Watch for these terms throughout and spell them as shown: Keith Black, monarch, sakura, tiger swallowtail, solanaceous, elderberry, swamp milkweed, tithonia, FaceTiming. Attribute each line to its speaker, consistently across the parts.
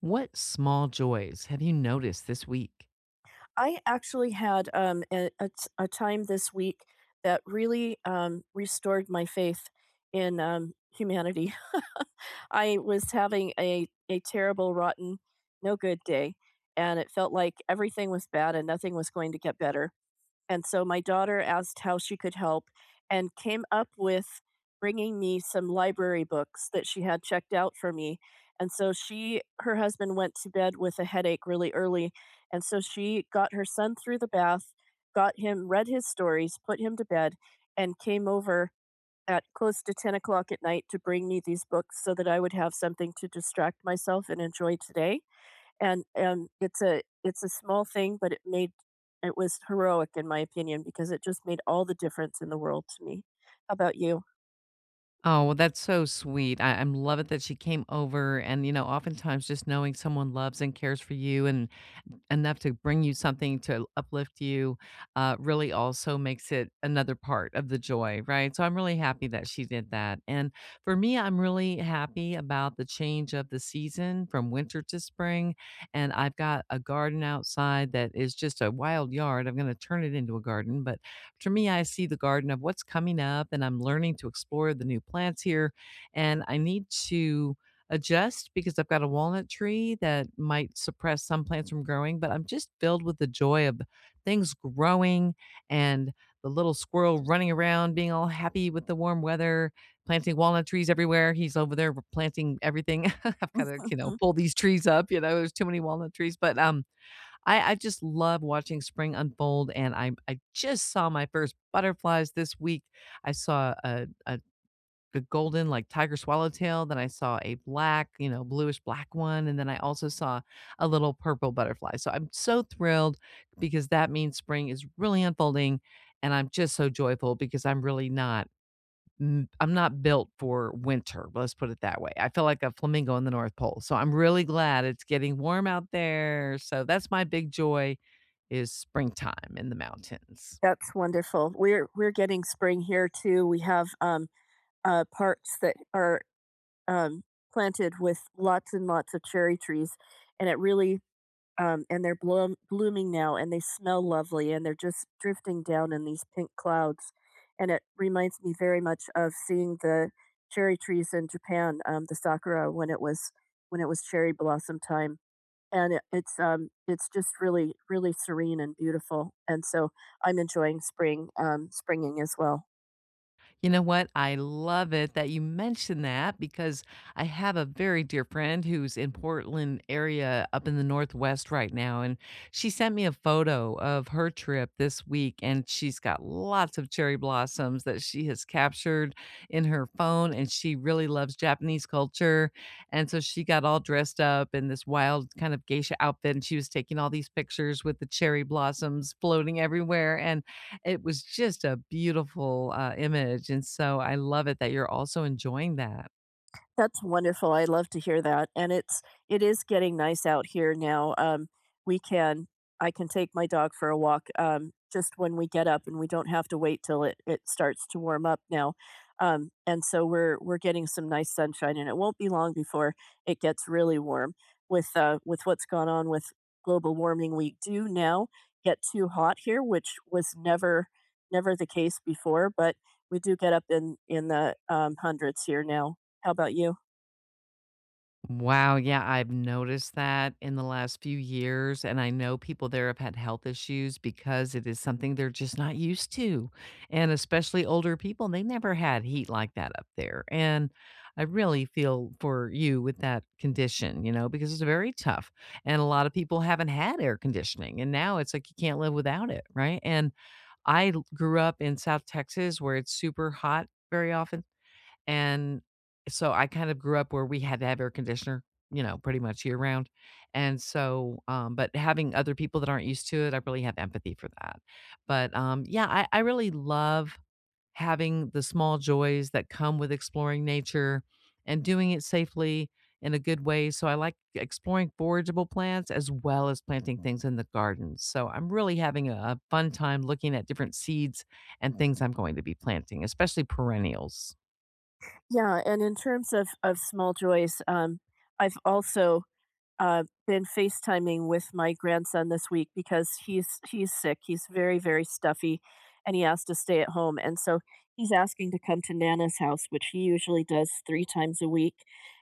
Speaker 1: What small joys have you noticed this week?
Speaker 2: I actually had, a time this week that really restored my faith in humanity. I was having a terrible, rotten, no good day, and it felt like everything was bad and nothing was going to get better. And so my daughter asked how she could help and came up with bringing me some library books that she had checked out for me. And so she her husband went to bed with a headache really early, and so she got her son through the bath, got him read his stories, put him to bed, and came over at close to 10 o'clock at night to bring me these books so that I would have something to distract myself and enjoy today. And it's a small thing, but it was heroic in my opinion because it just made all the difference in the world to me. How about you?
Speaker 1: Oh, well, that's so sweet. I love it that she came over. And, you know, oftentimes just knowing someone loves and cares for you and enough to bring you something to uplift you, really also makes it another part of the joy, right? So I'm really happy that she did that. And for me, I'm really happy about the change of the season from winter to spring. And I've got a garden outside that is just a wild yard. I'm going to turn it into a garden. But for me, I see the garden of what's coming up, and I'm learning to explore the new plants here. And I need to adjust because I've got a walnut tree that might suppress some plants from growing, but I'm just filled with the joy of things growing and the little squirrel running around, being all happy with the warm weather, planting walnut trees everywhere. He's over there planting everything. I've got to, you know,
Speaker 2: Mhm.
Speaker 1: pull these trees up. You know, there's too many walnut trees. But I just love watching spring unfold. And I just saw my first butterflies this week. I saw a the golden like tiger swallowtail, then I saw a black, you know, bluish black one, and then I also saw a little purple butterfly. So I'm so thrilled because that means spring is really unfolding, and I'm just so joyful because I'm really not I I'm not built for winter. Let's put it that way. I feel like a flamingo in the North Pole. So I'm really glad it's getting warm out there. So that's my big joy is springtime in the mountains.
Speaker 2: That's wonderful. We're getting spring here too. We have parks that are um planted with lots and lots of cherry trees, and it really and they're blooming now, and they smell lovely, and they're just drifting down in these pink clouds, and it reminds me very much of seeing the cherry trees in Japan, the sakura, when it was cherry blossom time, and it's just really, really serene and beautiful, and so I'm enjoying springing as well.
Speaker 1: You know what? I love it that you mentioned that because I have a very dear friend who's in Portland area up in the Northwest right now. And she sent me a photo of her trip this week. And she's got lots of cherry blossoms that she has captured in her phone. And she really loves Japanese culture. And so she got all dressed up in this wild kind of geisha outfit. And she was taking all these pictures with the cherry blossoms floating everywhere. And it was just a beautiful, image, and so I love it that you're also enjoying that.
Speaker 2: That's wonderful. I love to hear that, and it is getting nice out here now. We can I can take my dog for a walk, just when we get up, and we don't have to wait till it starts to warm up now. And so we're getting some nice sunshine, and it won't be long before it gets really warm. With what's gone on with global warming, we do now get too hot here, which was never the case before, but we do get up in the hundreds here now. How about you?
Speaker 1: Wow, yeah, I've noticed that in the last few years, and I know people there have had health issues because it is something they're just not used to, and especially older people, they never had heat like that up there, and I really feel for you with that condition, you know, because it's very tough, and a lot of people haven't had air conditioning, and now it's like you can't live without it, right? And grew up in South Texas where it's super hot very often. And so I kind of grew up where we had to have air conditioner, you know, pretty much year round. And so, but having other people that aren't used to it, I really have empathy for that. But yeah, I really love having the small joys that come with exploring nature and doing it safely in a good way. So I like exploring forageable plants as well as planting things in the garden. So I'm really having a fun time looking at different seeds and things I'm going to be planting, especially perennials.
Speaker 2: Yeah, and in terms of small joys, I've also been FaceTiming with my grandson this week because he's sick. He's very, very stuffy and he has to stay at home. And so he's asking to come to Nana's house, which he usually does three times a week.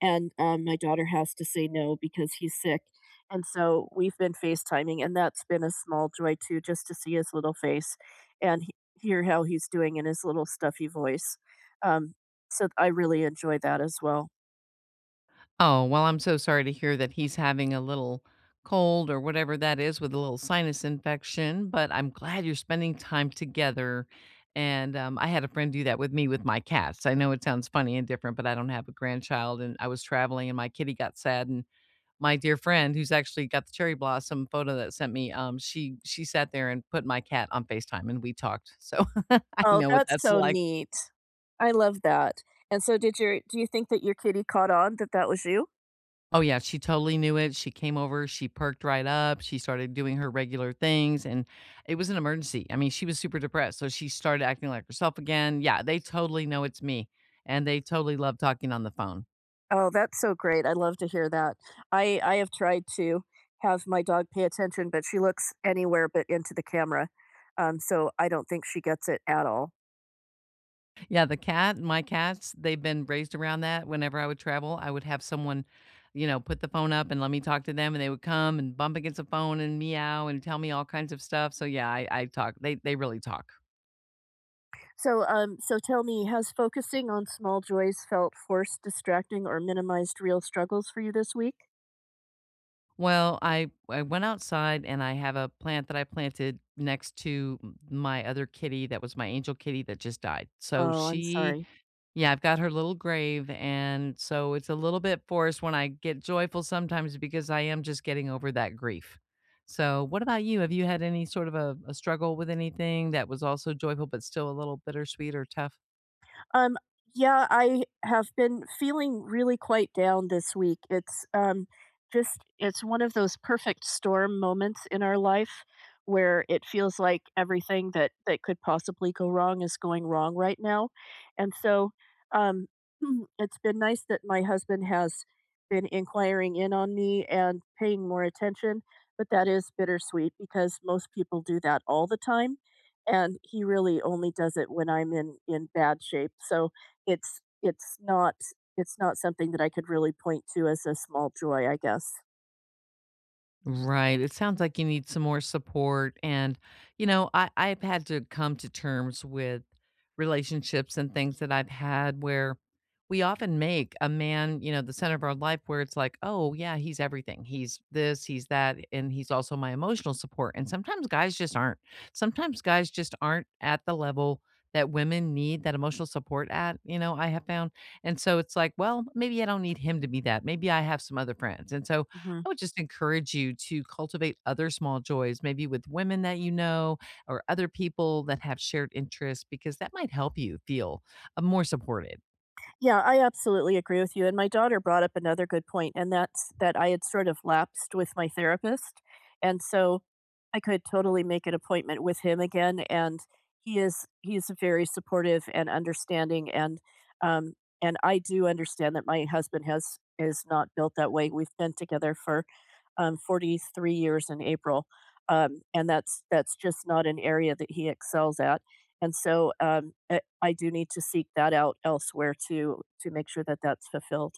Speaker 2: And my daughter has to say no because he's sick. And so we've been FaceTiming, and that's been a small joy too, just to see his little face and he- hear how he's doing in his little stuffy voice. Um, so I really enjoy that as well.
Speaker 1: Oh, well, I'm so sorry to hear that he's having a little cold or whatever that is with a little sinus infection, but I'm glad you're spending time together. And I had a friend do that with me with my cats. I know it sounds funny and different, but I don't have a grandchild. And I was traveling and my kitty got sad. And my dear friend, who's actually got the cherry blossom photo that sent me, she sat there and put my cat on FaceTime and we talked. So I
Speaker 2: Oh,
Speaker 1: know what
Speaker 2: that's
Speaker 1: that's
Speaker 2: so
Speaker 1: like.
Speaker 2: neat. I love that. And so did your do you think that your kitty caught on that that was you?
Speaker 1: Oh, yeah, she totally knew it. She came over, she perked right up, she started doing her regular things, and it was an emergency. I mean, she was super depressed, so she started acting like herself again. Yeah, they totally know it's me, and they totally love talking on the phone.
Speaker 2: Oh, that's so great. I love to hear that. I have tried to have my dog pay attention, but she looks anywhere but into the camera. So I don't think she gets it at all.
Speaker 1: Yeah, the cat, my cats, they've been raised around that. Whenever I would travel, I would have someone, you know, put the phone up and let me talk to them, and they would come and bump against the phone and meow and tell me all kinds of stuff. So yeah, I talk. They really talk.
Speaker 2: So tell me, has focusing on small joys felt forced, distracting, or minimized real struggles for you this week?
Speaker 1: Well, I went outside and I have a plant that I planted next to my other kitty that was my angel kitty that just died. So
Speaker 2: Oh, I'm
Speaker 1: she,
Speaker 2: sorry.
Speaker 1: yeah, I've got her little grave and so it's a little bit forced when I get joyful sometimes because I am just getting over that grief. So, what about you? Have you had any sort of a struggle with anything that was also joyful but still a little bittersweet or tough?
Speaker 2: Um, yeah, I have been feeling really quite down this week. It's just it's one of those perfect storm moments in our life where it feels like everything that could possibly go wrong is going wrong right now, and so, um, it's been nice that my husband has been inquiring in on me and paying more attention. But that is bittersweet because most people do that all the time, and he really only does it when I'm in bad shape. So it's it's not it's not something that I could really point to as a small joy, I guess.
Speaker 1: Right. It sounds like you need some more support. And, you know, I've had to come to terms with relationships and things that I've had where we often make a man, you know, the center of our life where it's like, oh, yeah, he's everything. He's this, he's that. And he's also my emotional support. And sometimes guys just aren't. Sometimes guys just aren't at the level that women need that emotional support at, you know, I have found. And so it's like, well, maybe I don't need him to be that. Maybe I have some other friends. And so
Speaker 2: Mhm.
Speaker 1: I would just encourage you to cultivate other small joys, maybe with women that you know or other people that have shared interests, because that might help you feel more supported.
Speaker 2: Yeah, I absolutely agree with you, and my daughter brought up another good point, and that's that I had sort of lapsed with my therapist, and so I could totally make an appointment with him again, and he's very supportive and understanding, um, and I do understand that my husband has is not built that way. We've been together for 43 years in April, and that's just not an area that he excels at, and so, I do need to seek that out elsewhere to make sure that that's fulfilled.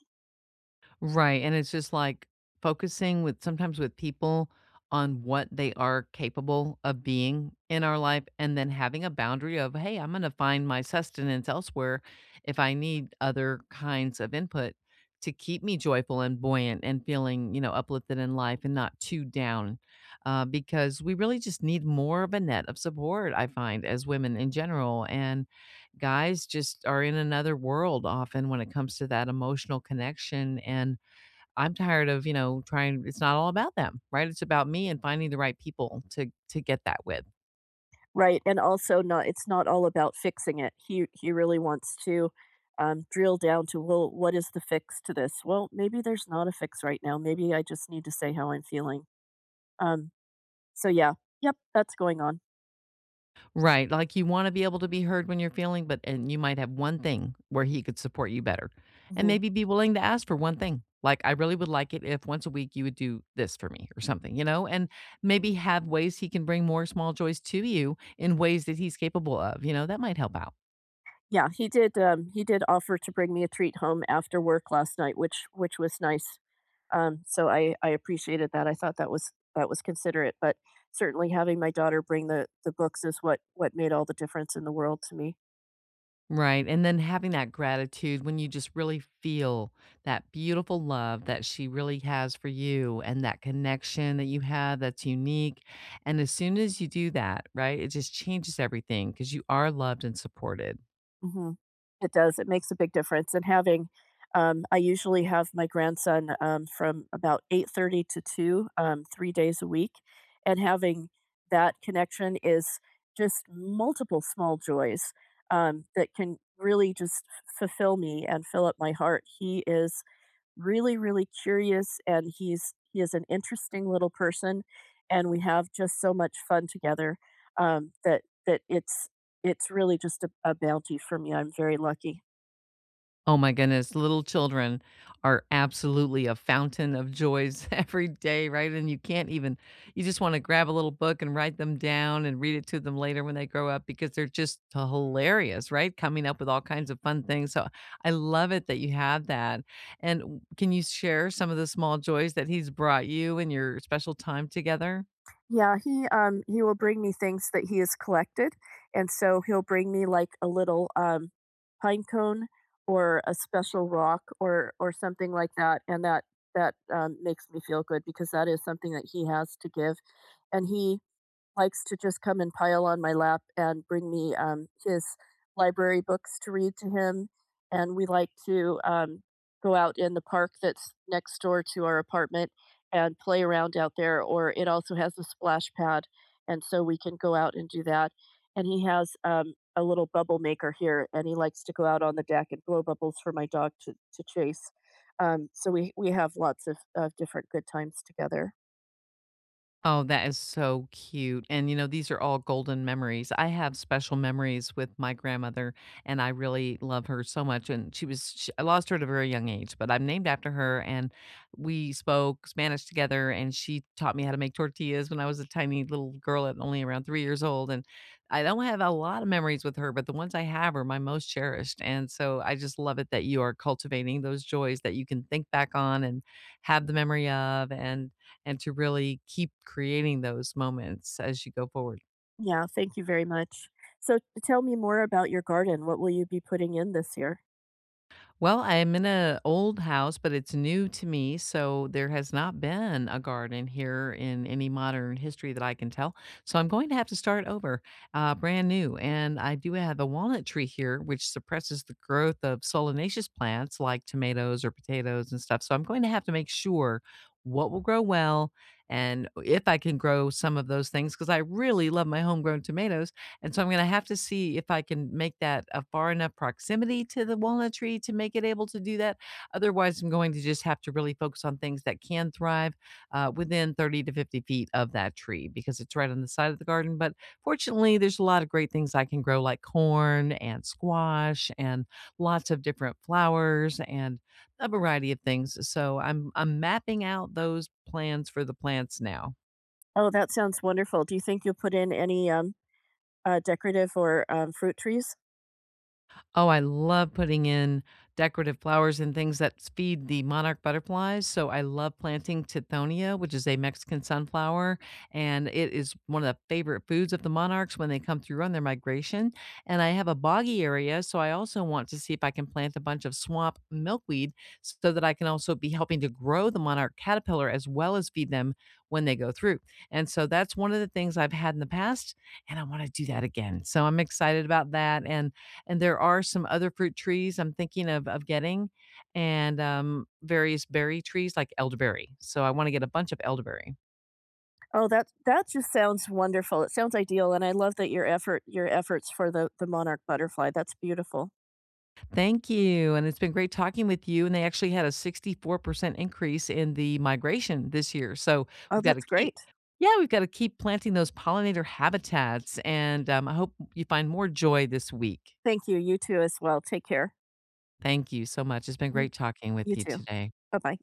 Speaker 1: Right, and it's just like focusing with sometimes with people on what they are capable of being in our life and then having a boundary of, "Hey, I'm gonna find my sustenance elsewhere if I need other kinds of input to keep me joyful and buoyant and feeling, you know, uplifted in life and not too down." Because we really just need more of a net of support, I find, as women in general, and guys just are in another world often when it comes to that emotional connection and I'm tired of, you know, trying it's not all about them, right? It's about me and finding the right people to get that with.
Speaker 2: Right, and also, not, it's not all about fixing it. He really wants to, drill down to, well, what is the fix to this? Well, maybe there's not a fix right now. Maybe I just need to say how I'm feeling. Um, so, yeah, yep, that's going on.
Speaker 1: Right, like, you wanna be able to be heard when you're feeling, but and you might have one thing where he could support you better, and
Speaker 2: Mhm.
Speaker 1: maybe be willing to ask for one thing. Like, "I really would like it if once a week you would do this for me," or something, you know, and maybe have ways he can bring more small joys to you in ways that he's capable of, you know, that might help out.
Speaker 2: Yeah, he did offer to bring me a treat home after work last night, which was nice. So I appreciated that. I thought that was considerate, but certainly having my daughter bring the books is what made all the difference in the world to me.
Speaker 1: Right, and then having that gratitude when you just really feel that beautiful love that she really has for you and that connection that you have that's unique. And as soon as you do that, right, it just changes everything because you are loved and supported.
Speaker 2: Mhm. It does, it makes a big difference, and having, I usually have my grandson, from about 8:30 to 2, 3 days a week, and having that connection is just multiple small joys, that can really just fulfill me and fill up my heart. He is really, really curious, and he is an interesting little person, and we have just so much fun together, that it's really just a bounty for me. I'm very lucky.
Speaker 1: Oh my goodness, little children are absolutely a fountain of joys every day, right? And you can't even you just wanna grab a little book and write them down and read it to them later when they grow up because they're just hilarious, right? Coming up with all kinds of fun things, so I love it that you have that, and w can you share some of the small joys that he's brought you in your special time together?
Speaker 2: Yeah, he will bring me things that he has collected, and so he'll bring me like a little pine cone or a special rock or something like that, and that makes me feel good because that is something that he has to give, and he likes to just come and pile on my lap and bring me, his library books to read to him. And we like to, go out in the park that's next door to our apartment and play around out there, or it also has a splash pad. And so we can go out and do that. And he has, a little bubble maker here, and he likes to go out on the deck and blow bubbles for my dog to, chase. So we have lots of different good times together.
Speaker 1: Oh, that is so cute. And you know, these are all golden memories. I have special memories with my grandmother and I really love her so much and I lost her at a very young age, but I'm named after her and we spoke Spanish together and she taught me how to make tortillas when I was a tiny little girl at only around 3 years old and I don't have a lot of memories with her, but the ones I have are my most cherished. And so I just love it that you are cultivating those joys that you can think back on and have the memory of and to really keep creating those moments as you go forward.
Speaker 2: Yeah, thank you very much. So tell me more about your garden. What will you be putting in this year?
Speaker 1: Well, I'm in an old house, but it's new to me, so there has not been a garden here in any modern history that I can tell. So I'm going to have to start over, brand new. And I do have a walnut tree here, which suppresses the growth of solanaceous plants like tomatoes or potatoes and stuff. So I'm going to have to make sure what will grow well and if I can grow some of those things because I really love my homegrown tomatoes. And so I'm gonna have to see if I can make that a far enough proximity to the walnut tree to make it able to do that. Otherwise, I'm going to just have to really focus on things that can thrive within 30 to 50 feet of that tree because it's right on the side of the garden. But fortunately, there's a lot of great things I can grow, like corn and squash and lots of different flowers and a variety of things. So I'm mapping out those plans for the plants now.
Speaker 2: Oh, that sounds wonderful. Do you think you'll put in any, decorative or fruit trees?
Speaker 1: Oh, I love putting in decorative flowers and things that feed the monarch butterflies. So I love planting tithonia, which is a Mexican sunflower, and it is one of the favorite foods of the monarchs when they come through on their migration. And I have a boggy area, so I also want to see if I can plant a bunch of swamp milkweed so that I can also be helping to grow the monarch caterpillar as well as feed them when they go through. And so that's one of the things I've had in the past, and I want to do that again. So I'm excited about that and there are some other fruit trees I'm thinking of getting, and various berry trees like elderberry. So I want to get a bunch of elderberry.
Speaker 2: Oh, that just sounds wonderful. It sounds ideal, and I love that your efforts for the monarch butterfly. That's beautiful.
Speaker 1: Thank you, and it's been great talking with you. And they actually had a 64% increase in the migration this year. So
Speaker 2: Oh,
Speaker 1: we've got to
Speaker 2: that's
Speaker 1: keep,
Speaker 2: great.
Speaker 1: yeah, we've got to keep planting those pollinator habitats. And I hope you find more joy this week.
Speaker 2: Thank you. You too as well. Take care.
Speaker 1: Thank you so much. It's been
Speaker 2: Mhm.
Speaker 1: great talking with
Speaker 2: You
Speaker 1: you
Speaker 2: too.
Speaker 1: today.
Speaker 2: Bye bye.